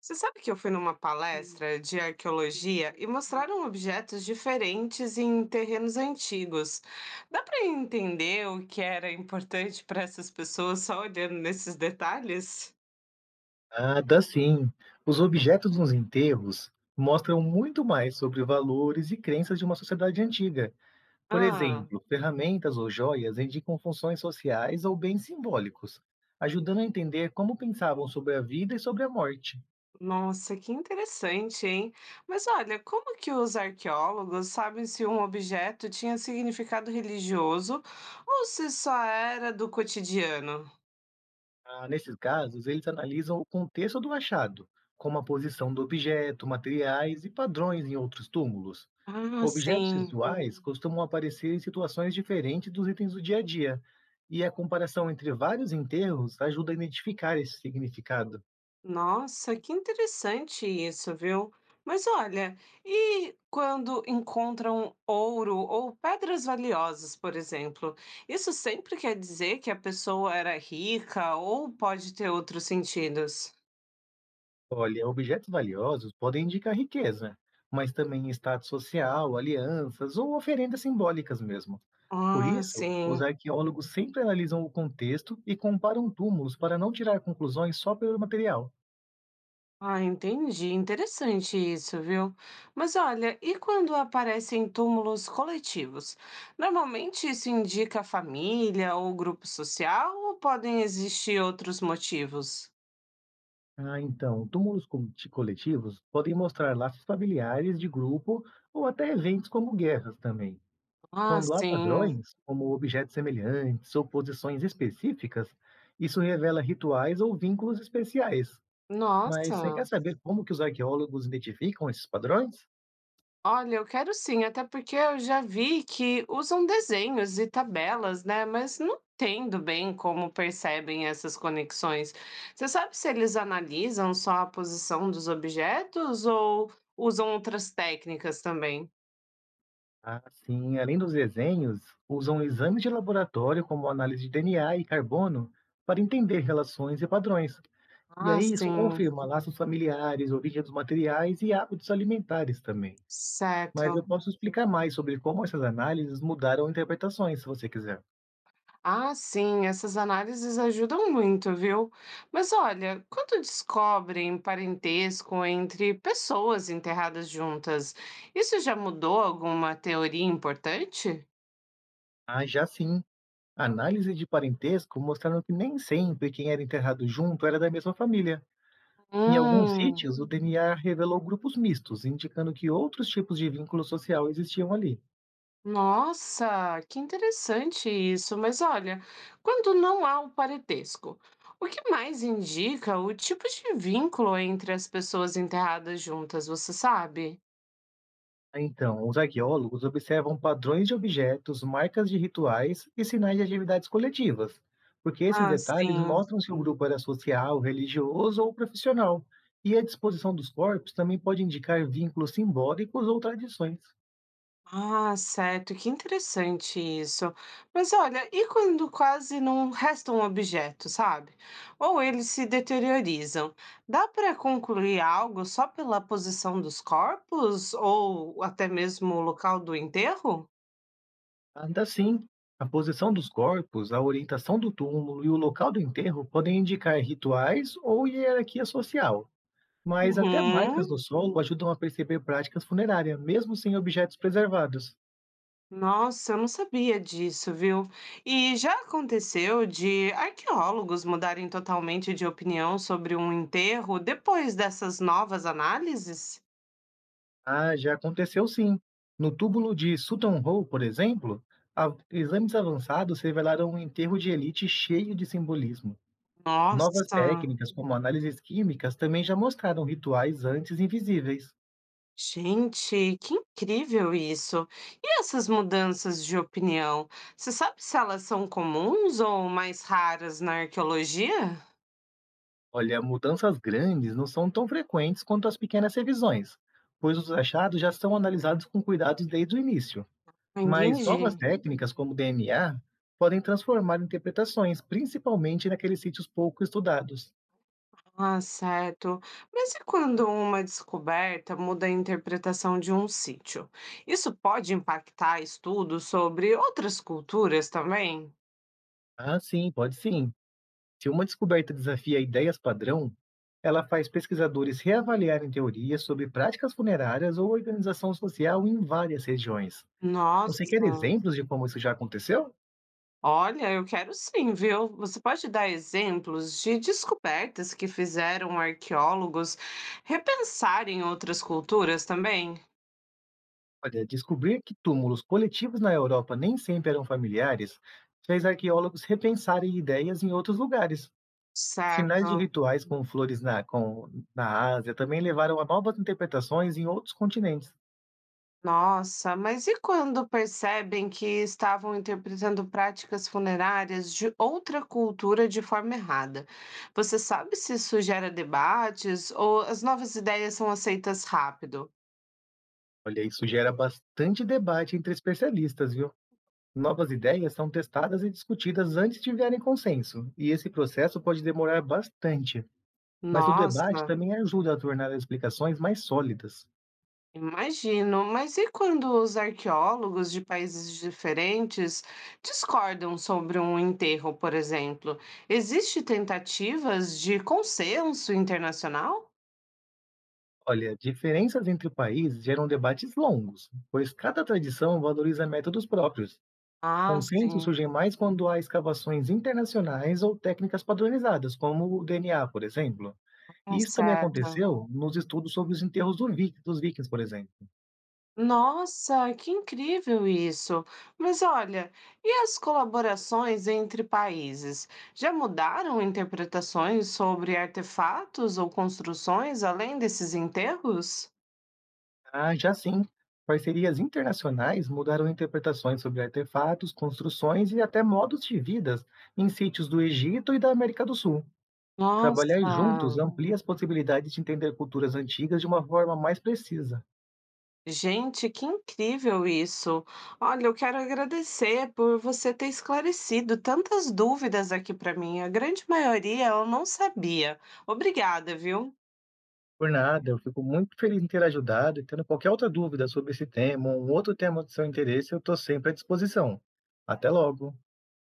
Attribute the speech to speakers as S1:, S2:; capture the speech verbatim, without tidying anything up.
S1: Você sabe que eu fui numa palestra de arqueologia e mostraram objetos diferentes em terrenos antigos. Dá para entender o que era importante para essas pessoas só olhando nesses detalhes?
S2: Ah, dá sim. Os objetos nos enterros mostram muito mais sobre valores e crenças de uma sociedade antiga. Por
S1: Ah,
S2: exemplo, ferramentas ou joias indicam funções sociais ou bens simbólicos, ajudando a entender como pensavam sobre a vida e sobre a morte.
S1: nossa, que interessante, hein? Mas olha, como que os arqueólogos sabem se um objeto tinha significado religioso ou se só era do cotidiano?
S2: Ah, nesses casos, eles analisam o contexto do achado, como a posição do objeto, materiais e padrões em outros túmulos.
S1: Ah,
S2: Objetos
S1: sim.
S2: visuais Hum. costumam aparecer em situações diferentes dos itens do dia a dia, e a comparação entre vários enterros ajuda a identificar esse significado.
S1: Nossa, que interessante isso, viu? Mas olha, e quando encontram ouro ou pedras valiosas, por exemplo, isso sempre quer dizer que a pessoa era rica ou pode ter outros sentidos?
S2: Olha, objetos valiosos podem indicar riqueza, mas também status social, alianças ou oferendas simbólicas mesmo. Por
S1: Ah,
S2: isso, os
S1: sim.
S2: arqueólogos sempre analisam o contexto e comparam túmulos para não tirar conclusões só pelo material.
S1: Ah, entendi. Interessante isso, viu? Mas olha, e quando aparecem túmulos coletivos? Normalmente isso indica família ou grupo social ou podem existir outros motivos?
S2: Ah, então, túmulos co- ti- coletivos podem mostrar laços familiares de grupo ou até eventos como guerras também.
S1: Ah,
S2: Quando há
S1: sim.
S2: padrões, como objetos semelhantes ou posições específicas, isso revela rituais ou vínculos especiais. Mas você
S1: Nossa.
S2: quer saber como que os arqueólogos identificam esses padrões?
S1: Olha, eu quero sim, até porque eu já vi que usam desenhos e tabelas, né? Mas não entendo bem como percebem essas conexões. Você sabe se eles analisam só a posição dos objetos ou usam outras técnicas também?
S2: Ah, sim, além dos desenhos, usam exames de laboratório como análise de D N A e carbono para entender relações e padrões. E
S1: Ah,
S2: aí isso
S1: sim.
S2: confirma laços familiares, origem dos materiais e hábitos alimentares também. Mas eu
S1: Certo.
S2: posso explicar mais sobre como essas análises mudaram interpretações, se você quiser.
S1: Ah, sim, essas análises ajudam muito, viu? Mas olha, quando descobrem parentesco entre pessoas enterradas juntas, isso já mudou alguma teoria importante?
S2: Ah, já sim. Análise de parentesco mostraram que nem sempre quem era enterrado junto era da mesma família. Em alguns
S1: Hum,
S2: sítios, o D N A revelou grupos mistos, indicando que outros tipos de vínculo social existiam ali.
S1: nossa, que interessante isso. Mas olha, quando não há o parentesco, o que mais indica o tipo de vínculo entre as pessoas enterradas juntas, você sabe?
S2: Então, os arqueólogos observam padrões de objetos, marcas de rituais e sinais de atividades coletivas, porque esses
S1: Ah,
S2: detalhes
S1: sim.
S2: mostram se o grupo era social, religioso ou profissional. E a disposição dos corpos também pode indicar vínculos simbólicos ou tradições.
S1: Ah, certo, que interessante isso. Mas olha, e quando quase não resta um objeto, sabe? Ou eles se deteriorizam? Dá para concluir algo só pela posição dos corpos ou até mesmo o local do enterro?
S2: Ainda assim, a posição dos corpos, a orientação do túmulo e o local do enterro podem indicar rituais ou hierarquia social. Mas até marcas
S1: Uhum.
S2: no solo ajudam a perceber práticas funerárias, mesmo sem objetos preservados.
S1: Nossa, eu não sabia disso, viu? E já aconteceu de arqueólogos mudarem totalmente de opinião sobre um enterro depois dessas novas análises?
S2: Ah, já aconteceu sim. No túmulo de Sutton Hoo, por exemplo, a- exames avançados revelaram um enterro de elite cheio de simbolismo. Novas
S1: Nossa.
S2: técnicas, como análises químicas, também já mostraram rituais antes invisíveis.
S1: Gente, que incrível isso! E essas mudanças de opinião, você sabe se elas são comuns ou mais raras na arqueologia?
S2: Olha, mudanças grandes não são tão frequentes quanto as pequenas revisões, pois os achados já são analisados com cuidado desde o início.
S1: Entendi.
S2: Mas novas técnicas, como o D N A, podem transformar interpretações, principalmente naqueles sítios pouco estudados.
S1: Ah, certo. Mas e quando uma descoberta muda a interpretação de um sítio? Isso pode impactar estudos sobre outras culturas também?
S2: Ah, sim, pode sim. Se uma descoberta desafia ideias padrão, ela faz pesquisadores reavaliarem teorias sobre práticas funerárias ou organização social em várias regiões. Você quer
S1: Nossa.
S2: exemplos de como isso já aconteceu?
S1: Olha, eu quero sim, viu? Você pode dar exemplos de descobertas que fizeram arqueólogos repensarem outras culturas também?
S2: Olha, descobrir que túmulos coletivos na Europa nem sempre eram familiares fez arqueólogos repensarem ideias em outros lugares. Sinais de
S1: Certo.
S2: rituais com flores na com na Ásia também levaram a novas interpretações em outros continentes.
S1: Nossa, mas e quando percebem que estavam interpretando práticas funerárias de outra cultura de forma errada? Você sabe se isso gera debates ou as novas ideias são aceitas rápido?
S2: Olha, isso gera bastante debate entre especialistas, viu? Novas ideias são testadas e discutidas antes de virarem consenso, e esse processo pode demorar bastante, mas o debate
S1: Nossa.
S2: também ajuda a tornar as explicações mais sólidas.
S1: Imagino, mas e quando os arqueólogos de países diferentes discordam sobre um enterro, por exemplo? Existem tentativas de consenso internacional?
S2: Olha, diferenças entre países geram debates longos, pois cada tradição valoriza métodos próprios.
S1: Ah,
S2: Consensos
S1: sim,
S2: surgem mais quando há escavações internacionais ou técnicas padronizadas, como o D N A, por exemplo.
S1: tá
S2: E isso também
S1: certo.
S2: aconteceu nos estudos sobre os enterros do vi- dos vikings, por exemplo.
S1: Nossa, que incrível isso! Mas olha, e as colaborações entre países? Já mudaram interpretações sobre artefatos ou construções além desses enterros?
S2: Ah, já sim, parcerias internacionais mudaram interpretações sobre artefatos, construções e até modos de vidas em sítios do Egito e da América do Sul. Trabalhar Hum.
S1: Nossa.
S2: juntos amplia as possibilidades de entender culturas antigas de uma forma mais precisa.
S1: Gente, que incrível isso. Olha, eu quero agradecer por você ter esclarecido tantas dúvidas aqui para mim. A grande maioria eu não sabia. Obrigada, viu?
S2: Por nada, eu fico muito feliz em ter ajudado e tendo qualquer outra dúvida sobre esse tema ou um outro tema do seu interesse, eu estou sempre à disposição. Até logo!